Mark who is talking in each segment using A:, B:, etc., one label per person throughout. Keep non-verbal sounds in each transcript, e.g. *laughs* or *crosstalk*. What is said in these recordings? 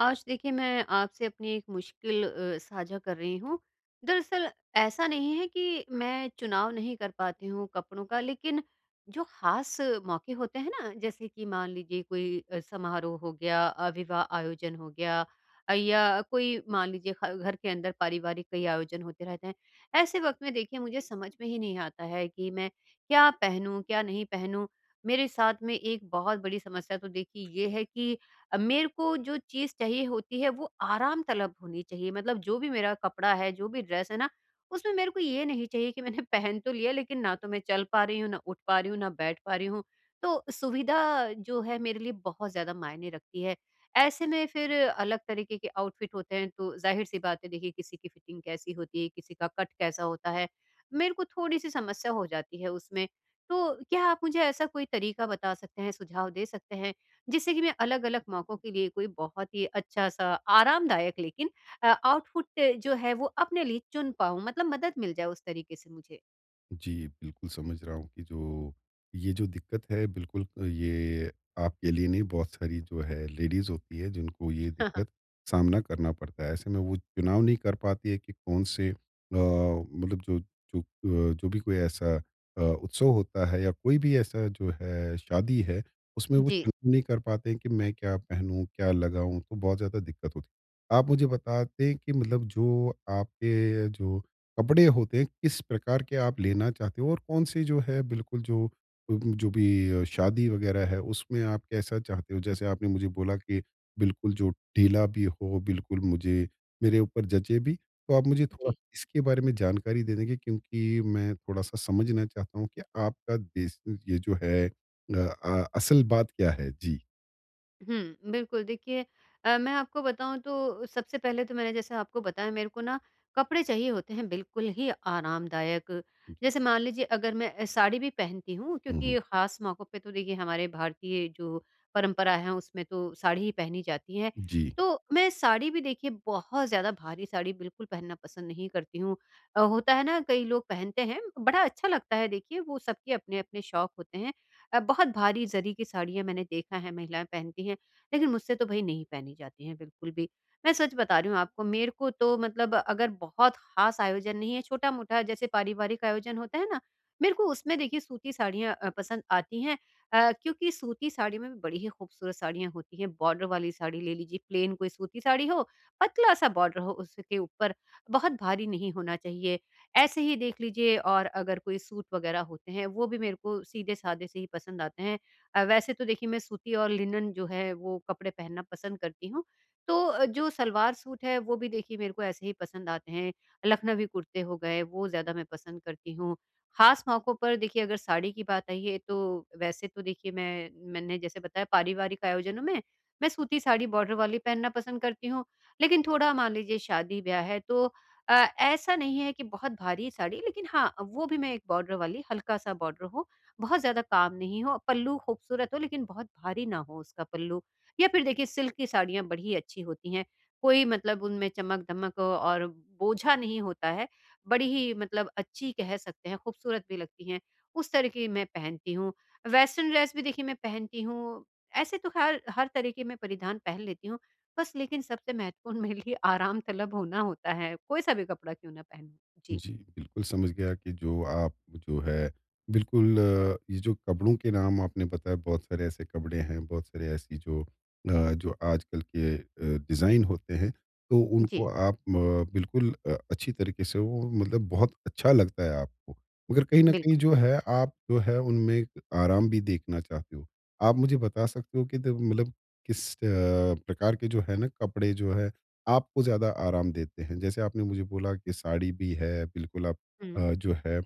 A: आज देखिए मैं आपसे अपनी एक मुश्किल साझा कर रही हूँ। दरअसल ऐसा नहीं है कि मैं चुनाव नहीं कर पाती हूँ कपड़ों का लेकिन जो ख़ास मौके होते हैं ना जैसे कि मान लीजिए कोई समारोह हो गया विवाह आयोजन हो गया या कोई मान लीजिए ख घर के अंदर पारिवारिक कई आयोजन होते रहते हैं। ऐसे वक़्त में देखिए मुझे समझ में ही नहीं आता है कि मैं क्या पहनूँ, क्या नहीं पहनूँ? मेरे साथ में एक बहुत बड़ी समस्या तो देखिए ये है कि मेरे को जो चीज़ चाहिए होती है वो आराम तलब होनी चाहिए। मतलब जो भी मेरा कपड़ा है, जो भी ड्रेस है ना, उसमें मेरे को ये नहीं चाहिए कि मैंने *laughs* पहन तो लिया लेकिन ना तो मैं चल पा रही हूँ, ना उठ पा रही हूँ, ना बैठ पा रही हूँ। तो सुविधा जो है मेरे लिए बहुत ज़्यादा मायने रखती है। ऐसे में फिर अलग तरीके के आउटफिट होते हैं तो ज़ाहिर-सी बात है देखिए किसी की फिटिंग कैसी होती है, किसी का कट कैसा होता है, मेरे को थोड़ी-सी समस्या हो जाती है उसमें। तो क्या आप मुझे ऐसा कोई तरीका बता सकते हैं, सुझाव दे सकते हैं जिससे कि मैं अलग-अलग मौकों के लिए कोई बहुत ही अच्छा-सा आरामदायक लेकिन आउटपुट जो है वो अपने लिए चुन पाऊँ मतलब मदद मिल जाए उस तरीके से मुझे।
B: जी, बिल्कुल समझ रहा हूँ कि जो ये जो दिक्कत है बिल्कुल ये आपके लिए नहीं, बहुत सारी जो है लेडीज़ होती है जिनको ये दिक्कत
A: *laughs*
B: सामना करना पड़ता है। ऐसे में वो चुनाव नहीं कर पाती है कि कौन से मतलब जो जो अ, जो भी कोई ऐसा उत्सव होता है या कोई भी ऐसा जो है शादी है, उसमें वो
A: जी,
B: चुनाव नहीं कर पाते हैं कि मैं क्या पहनूँ, क्या लगाऊँ? तो बहुत ज़्यादा दिक्कत होती है। आप मुझे बताते हैं कि मतलब जो आपके जो कपड़े होते हैं किस प्रकार के आप लेना चाहते हो और कौन से जो है बिल्कुल जो जो भी शादी वगैरह है उसमें आप कैसा चाहते हो, जैसे आपने मुझे बोला कि बिल्कुल जो ढीला भी हो, बिल्कुल मुझे मेरे ऊपर जचे भी, तो आप मुझे थोड़ा
A: जी।
B: इसके बारे में जानकारी दे देंगे क्योंकि मैं थोड़ा सा समझना चाहता हूँ कि आपका देश ये जो है असल बात क्या है, जी।
A: हुँ, बिल्कुल देखिए मैं आपको बताऊँ तो सबसे पहले तो मैंने जैसे आपको बताया मेरे को ना कपड़े चाहिए होते हैं बिल्कुल ही आरामदायक।
B: जी।
A: जैसे मान लीजिए अगर मैं साड़ी भी पहनती हूँ
B: हम्म।
A: क्योंकि ख़ास मौकों पे तो देखिए हमारे भारतीय जो परंपरा है उसमें तो साड़ी ही पहनी जाती है।
B: जी।
A: तो मैं साड़ी भी देखिए बहुत ज़्यादा भारी साड़ी बिल्कुल पहनना पसंद नहीं करती हूँ। होता है ना कई लोग पहनते हैं, बड़ा अच्छा लगता है देखिए वो सबके अपने-अपने शौक होते हैं। बहुत भारी जरी की साड़ियाँ मैंने देखा है महिलाएँ पहनती हैं, लेकिन मुझसे तो भई नहीं पहनी जाती हैं बिल्कुल भी। मैं सच बता रही हूँ आपको मेरे को तो मतलब अगर बहुत ख़ास आयोजन नहीं है, छोटा-मोटा जैसे पारिवारिक आयोजन होता है ना, मेरे को उसमें देखिए सूती साड़ियाँ पसंद आती हैं क्योंकि सूती साड़ी में भी बड़ी ही खूबसूरत साड़ियाँ होती हैं। बॉर्डर वाली साड़ी ले लीजिए, प्लेन कोई सूती साड़ी हो, पतला-सा बॉर्डर हो उसके ऊपर, बहुत भारी नहीं होना चाहिए ऐसे ही देख लीजिए और अगर कोई सूट वगैरह होते हैं, वो भी मेरे को सीधे-साधे से ही पसंद आते हैं। वैसे तो देखिए मैं सूती और लिनन जो है वो कपड़े पहनना पसंद करती हूँ। तो जो सलवार सूट है वो भी देखिए मेरे को ऐसे ही पसंद आते हैं। लखनवी कुर्ते हो गए, वो ज़्यादा मैं पसंद करती हूँ। ख़ास मौकों पर देखिए अगर साड़ी की बात आई है तो वैसे तो देखिए मैंने जैसे बताया पारिवारिक आयोजनों में, मैं सूती साड़ी बॉर्डर वाली पहनना पसंद करती हूँ। लेकिन थोड़ा मान लीजिए शादी-ब्याह है तो अ, ऐसा नहीं है कि बहुत भारी साड़ी लेकिन हाँ, वो भी मैं एक बॉर्डर वाली हल्का-सा बॉर्डर हो, बहुत ज़्यादा काम नहीं हो, पल्लू खूबसूरत हो लेकिन बहुत भारी ना हो उसका पल्लू। या फिर देखिए सिल्क की साड़ियाँ बड़ी अच्छी होती हैं, कोई मतलब उनमें चमक-धमक और बोझा नहीं होता है, बड़ी ही मतलब अच्छी कह सकते हैं, खूबसूरत भी लगती हैं, उस तरह की मैं पहनती हूँ। वेस्टर्न ड्रेस भी देखिए मैं पहनती हूँ, ऐसे तो खैर हर तरह के मैं परिधान पहन लेती हूँ, बस लेकिन सबसे महत्वपूर्ण मेरे लिए आराम तलब होना होता है, कोई-सा भी कपड़ा क्यों ना पहनूँ। जी,
B: जी, बिल्कुल समझ गया कि जो आप जो है बिल्कुल ये जो कपड़ों के नाम आपने बताया, बहुत सारे ऐसे कपड़े हैं, बहुत सारे ऐसी जो जो आजकल के डिज़ाइन होते हैं, तो उनको
A: जी,
B: आप बिल्कुल अच्छी तरीके से वो मतलब बहुत अच्छा लगता है आपको। मगर कहीं न कहीं
A: बिल्कुल।
B: जो है आप जो है उनमें एक आराम भी देखना चाहते हो। आप मुझे बता सकते हो कि द मतलब किस प्रकार के जो है ना कपड़े जो है आपको ज़्यादा आराम देते हैं? जैसे आपने मुझे बोला कि साड़ी भी है, बिल्कुल आप
A: हुँ,
B: जो है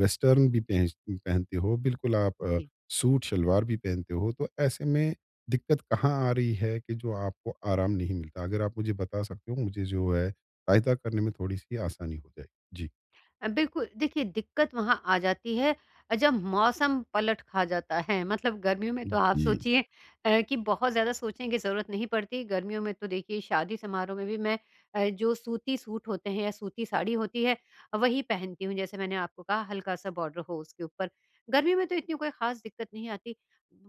B: वेस्टर्न भी पह पहनते हो, बिल्कुल आप
A: जी।
B: सूट शलवार भी पहनते हो, तो ऐसे में दिक्कत कहाँ आ रही है कि जो आपको आराम नहीं मिलता? अगर आप मुझे बता सकते हो, मुझे जो है सहायता करने में थोड़ी-सी आसानी हो जाएगी। जी।
A: बिल्कुल, देखिए दिक्कत वहाँ आ जाती है जब मौसम पलट खा जाता है। मतलब गर्मियों में तो आप
B: जी।
A: सोचिए कि बहुत ज़्यादा सोचने की ज़रूरत नहीं पड़ती। गर्मियों में तो देखिए शादी समारोह में भी मैं जो सूती सूट होते हैं या सूती साड़ी होती है, वही पहनती हूँ। जैसे मैंने आपको कहा हल्का-सा बॉर्डर हो उसके ऊपर। गर्मी में तो इतनी कोई ख़ास दिक्कत नहीं आती।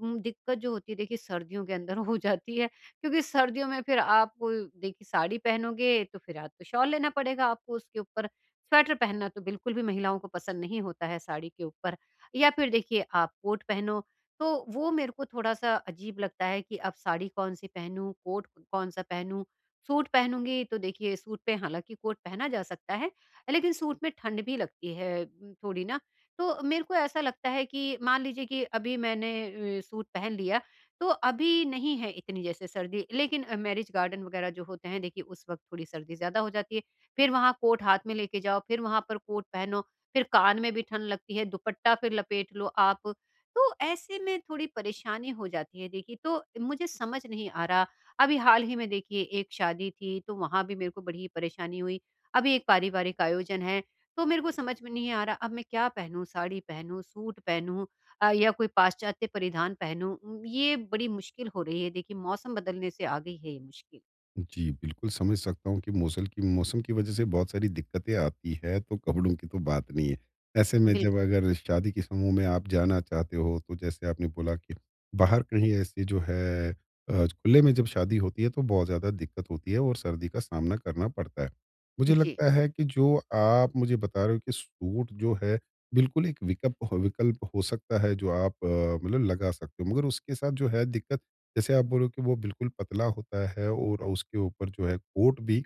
A: दिक्कत जो होती है देखिए सर्दियों के अंदर *laughs* हो जाती है क्योंकि सर्दियों में फिर आपको देखिए साड़ी पहनोगे तो फिर आप तो शॉल लेना पड़ेगा आपको उसके ऊपर। स्वेटर पहनना तो बिल्कुल भी महिलाओं को पसंद नहीं होता है साड़ी के ऊपर या फिर देखिए आप कोट पहनो, तो वो मेरे को थोड़ा-सा अजीब लगता है कि अब साड़ी कौन-सी पहनूँ, कोट कौन-सा पहनूँ। सूट पहनूँगी तो देखिए सूट पे हालाँकि कोट पहना जा सकता है, लेकिन सूट में ठंड भी लगती है थोड़ी ना। तो मेरे को ऐसा लगता है कि मान लीजिए कि अभी मैंने सूट पहन लिया, तो अभी नहीं है इतनी जैसे सर्दी लेकिन मैरेज गार्डन वगैरह जो होते हैं देखिए उस वक़्त थोड़ी सर्दी ज़्यादा हो जाती है। फिर वहाँ कोट हाथ में लेके जाओ, फिर वहाँ पर कोट पहनो, फिर कान में भी ठंड लगती है, दुपट्टा फिर लपेट लो आप। तो ऐसे में थोड़ी परेशानी हो जाती है देखिए, तो मुझे समझ नहीं आ रहा। अभी हाल ही में देखिए एक शादी थी, तो वहाँ भी मेरे को बड़ी परेशानी हुई। अभी एक पारिवारिक आयोजन है, तो मेरे को समझ में नहीं आ रहा अब मैं क्या पहनूँ? साड़ी पहनूँ, सूट पहनूँ या कोई पाश्चात्य परिधान पहनूँ? ये बड़ी मुश्किल हो रही है देखिए, मौसम बदलने से आ गई है ये मुश्किल।
B: जी, बिल्कुल समझ सकता हूँ कि मौसल की मौसम की वजह से बहुत सारी दिक्कतें आती है, तो कपड़ों की तो बात नहीं है। ऐसे में जब
A: बिल्कुल।
B: अगर शादी के समूह में आप जाना चाहते हो, तो जैसे आपने बोला कि बाहर कहीं ऐसे जो है खुले में जब शादी होती है तो बहुत ज़्यादा दिक्कत होती है और सर्दी का सामना करना पड़ता है। मुझे
A: जी।
B: लगता है कि जो आप मुझे बता रहे हो कि सूट जो है, बिल्कुल एक विकल्प विकल्प हो सकता है जो आप मतलब लगा सकते हो। मगर उसके साथ जो है दिक्कत, जैसे आप बोलो कि वो बिल्कुल पतला होता है और उसके ऊपर जो है कोट भी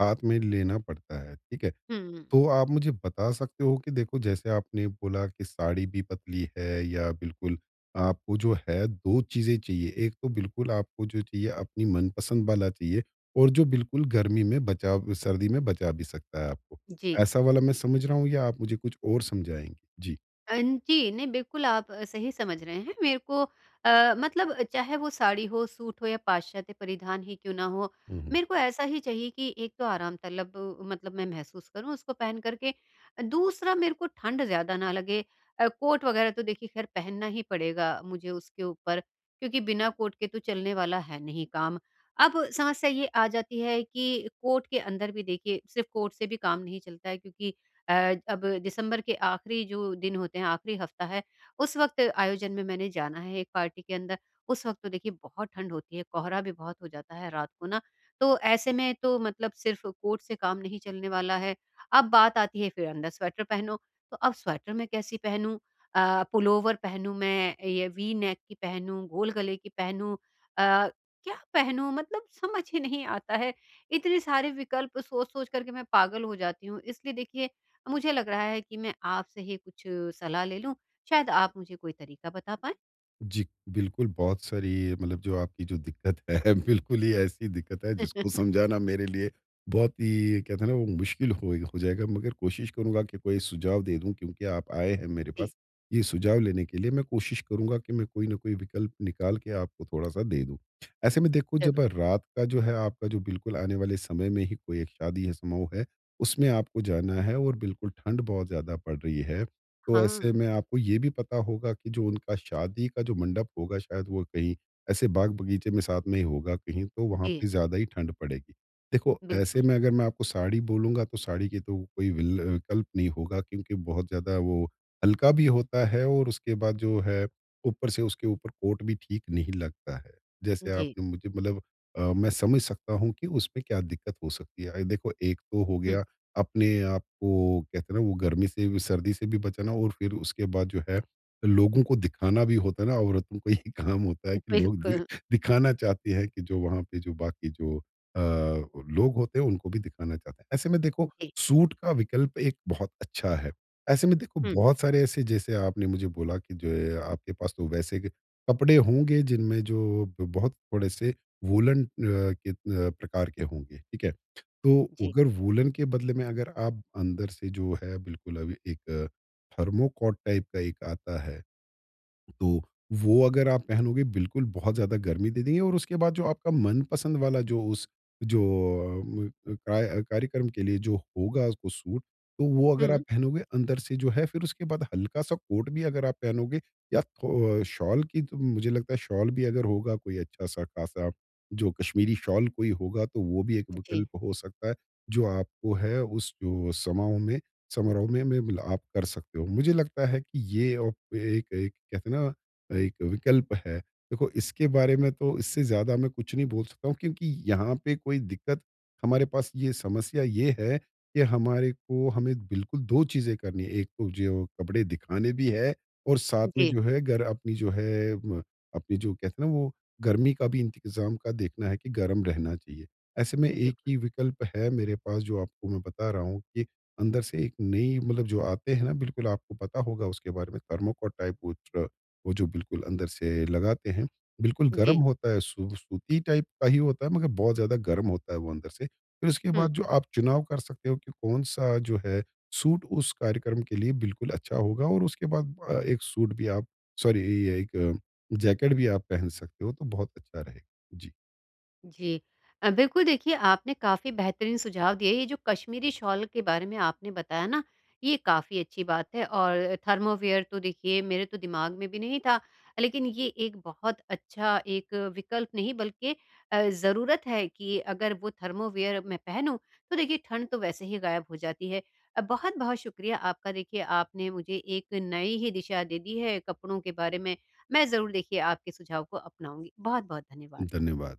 B: हाथ में लेना पड़ता है, ठीक है?
A: हुँ, हुँ।
B: तो आप मुझे बता सकते हो कि देखो, जैसे आपने बोला कि साड़ी भी पतली है या बिल्कुल आपको जो है 2 चीज़ें चाहिए, एक तो बिल्कुल आपको जो चाहिए अपनी मनपसंद वाला चाहिए और जो बिल्कुल गर्मी में बचा सर्दी में बचा भी सकता है आपको।
A: जी।
B: ऐसा वाला मैं समझ रहा हूँ या आप मुझे कुछ और समझाएँगे? जी।
A: अ, जी, नहीं बिल्कुल आप सही समझ रहे हैं। मेरे को मतलब चाहे वो साड़ी हो, सूट हो या पाश्चात्य परिधान ही क्यों ना हो,
B: हुँ, हुँ।
A: मेरे को ऐसा ही चाहिए कि एक तो आराम तलब मतलब मैं महसूस करूँ उसको पहन कर के। दूसरा मेरे को ठंड ज़्यादा ना लगे। कोट वगैरह तो देखिए ख़ैर पहनना ही पड़ेगा मुझे उसके ऊपर, क्योंकि बिना कोट के तो चलने वाला है नहीं काम। अब समस्या ये आ जाती है कि कोट के अंदर भी देखिए सिर्फ़ कोट से भी काम नहीं चलता है क्योंकि अब दिसंबर के आखिरी जो दिन होते हैं, आखिरी हफ्ता है, उस वक़्त आयोजन में मैंने जाना है एक पार्टी के अंदर। उस वक़्त तो देखिए बहुत ठंड होती है, कोहरा भी बहुत हो जाता है रात को ना, तो ऐसे में तो मतलब सिर्फ़ कोट से काम नहीं चलने वाला है। अब बात आती है फिर अंदर स्वेटर पहनो, तो अब स्वेटर मैं कैसी पहनूँ? पुलोवर पहनूँ मैं, ये वी नेक की पहनूँ, गोल गले की पहनूँ अ, क्या पहनूँ? मतलब समझ ही नहीं आता है। इतने सारे विकल्प सोच-सोच कर के मैं पागल हो जाती हूँ। इसलिए देखिए मुझे लग रहा है कि मैं आपसे ही कुछ सलाह ले लूँ, शायद आप मुझे कोई तरीका बता पाएँ?
B: जी, बिल्कुल, बहुत सारी मतलब जो आपकी जो दिक्कत है, *laughs* बिल्कुल ही ऐसी दिक्कत है जिसको
A: *laughs*
B: समझाना मेरे लिए बहुत ही, कहते हैं ना वो, मुश्किल हो जाएगा मगर कोशिश करूँगा कि कोई सुझाव दे दूँ क्योंकि आप आए हैं मेरे
A: जी,
B: पास, ये सुझाव लेने के लिए। मैं कोशिश करूँगा कि मैं कोई ना कोई विकल्प निकाल के आपको थोड़ा-सा दे दूँ। ऐसे में देखो, जब
A: ज़रूर।
B: रात का जो है आपका जो बिल्कुल आने वाले समय में ही कोई एक शादी है, समारोह है, उसमें आपको जाना है और बिल्कुल ठंड बहुत ज़्यादा पड़ रही है। तो
A: हाँ,
B: ऐसे में आपको ये भी पता होगा कि जो उनका शादी का जो मंडप होगा शायद वो कहीं ऐसे बाग बगीचे में साथ में ही होगा कहीं, तो वहाँ पे
A: जी,
B: ज़्यादा ही ठंड पड़ेगी। देखो ऐसे
A: बिल्कुल।
B: में अगर मैं आपको साड़ी बोलूँगा तो साड़ी की तो कोई विल विकल्प नहीं होगा क्योंकि बहुत ज़्यादा वो हल्का भी होता है और उसके बाद जो है ऊपर से उसके ऊपर कोट भी ठीक नहीं लगता है। जैसे
A: जी,
B: आपने मुझे मतलब मैं समझ सकता हूँ कि उसमें क्या दिक्कत हो सकती है। देखो एक तो हो
A: हुँ,
B: गया अपने आप को, कहते हैं ना वो, गर्मी से भी सर्दी से भी बचाना, और फिर उसके बाद जो है लोगों को दिखाना भी होता है ना, औरतों को ये *laughs* काम होता है कि लोग
A: बिल्कुल,
B: दिखाना चाहते हैं कि जो वहाँ पे जो बाकी जो अ, लोग होते हैं उनको भी दिखाना चाहते हैं। ऐसे में देखो,
A: जी,
B: सूट का विकल्प एक बहुत अच्छा है। ऐसे में देखो
A: हुँ,
B: बहुत सारे ऐसे, जैसे आपने मुझे बोला कि जो है आपके पास तो वैसे के कपड़े होंगे जिनमें जो बहुत थोड़े से वूलन के प्रकार के होंगे, ठीक है? तो
A: जी,
B: अगर वूलन के बदले में अगर आप अंदर से जो है बिल्कुल अभी एक थर्मोकॉट टाइप का एक आता है, तो वो अगर आप पहनोगे बिल्कुल बहुत ज़्यादा गर्मी दे देंगे और उसके बाद जो आपका मनपसंद वाला जो उस जो अम, कार्यक्रम के लिए जो होगा उसको सूट, तो वो अगर आप
A: हुँ,
B: पहनोगे अंदर से जो है, फिर उसके बाद हल्का सा कोट भी अगर आप पहनोगे या शॉल की, तो मुझे लगता है शॉल भी अगर होगा कोई अच्छा सा खासा, जो कश्मीरी शॉल कोई होगा, तो वो भी एक
A: जी,
B: विकल्प हो सकता है जो आपको है उस जो समाओं में समारोह में बिल आप कर सकते हो। मुझे लगता है कि ये ओप एक एक कहते हैं ना, एक विकल्प है। देखो इसके बारे में तो इससे ज़्यादा मैं कुछ नहीं बोल सकता हूँ क्योंकि यहाँ पे कोई दिक्कत हमारे पास ये समस्या ये है कि हमारे को हमें बिल्कुल 2 चीज़ें करनी है। एक तो जो कपड़े दिखाने भी है और साथ में
A: जी,
B: जो है घर अपनी जो है म अपनी जो, कहते हैं ना वो, गर्मी का भी इंतज़ाम का देखना है कि गर्म रहना चाहिए। ऐसे में एक
A: बिल्कुल,
B: ही विकल्प है मेरे पास जो आपको मैं बता रहा हूँ कि अंदर से एक नई मतलब जो आते हैं ना, बिल्कुल आपको पता होगा उसके बारे में, थर्मोकोट टाइप वो वो जो बिल्कुल अंदर से लगाते हैं बिल्कुल गर्म
A: जी,
B: होता है, सूती टाइप का ही होता है, मगर बहुत ज़्यादा गर्म होता है वो अंदर से, फिर उसके
A: हुँ।
B: बाद जो आप चुनाव कर सकते हो कि कौन सा जो है सूट उस कार्यक्रम के लिए बिल्कुल अच्छा होगा, और उसके बाद एक सूट भी आप, सॉरी, ये एक जैकेट भी आप पहन सकते हो, तो बहुत अच्छा रहेगा, जी।
A: जी। बिल्कुल देखिए आपने काफ़ी बेहतरीन सुझाव दिए। ये जो कश्मीरी शॉल के बारे में आपने बताया ना, ये काफ़ी अच्छी बात है और थर्मोवेयर तो देखिए मेरे तो दिमाग में भी नहीं था। लेकिन ये एक बहुत अच्छा एक विकल्प नहीं बल्कि ज़रूरत है कि अगर वो थर्मोवेयर मैं पहनूँ तो देखिए ठंड तो वैसे ही गायब हो जाती है। बहुत-बहुत शुक्रिया आपका देखिए आपने मुझे एक नई ही दिशा दे दी है कपड़ों के बारे में। मैं ज़रूर देखिए आपके सुझाव को अपनाऊँगी। बहुत-बहुत धन्यवाद।
B: धन्यवाद।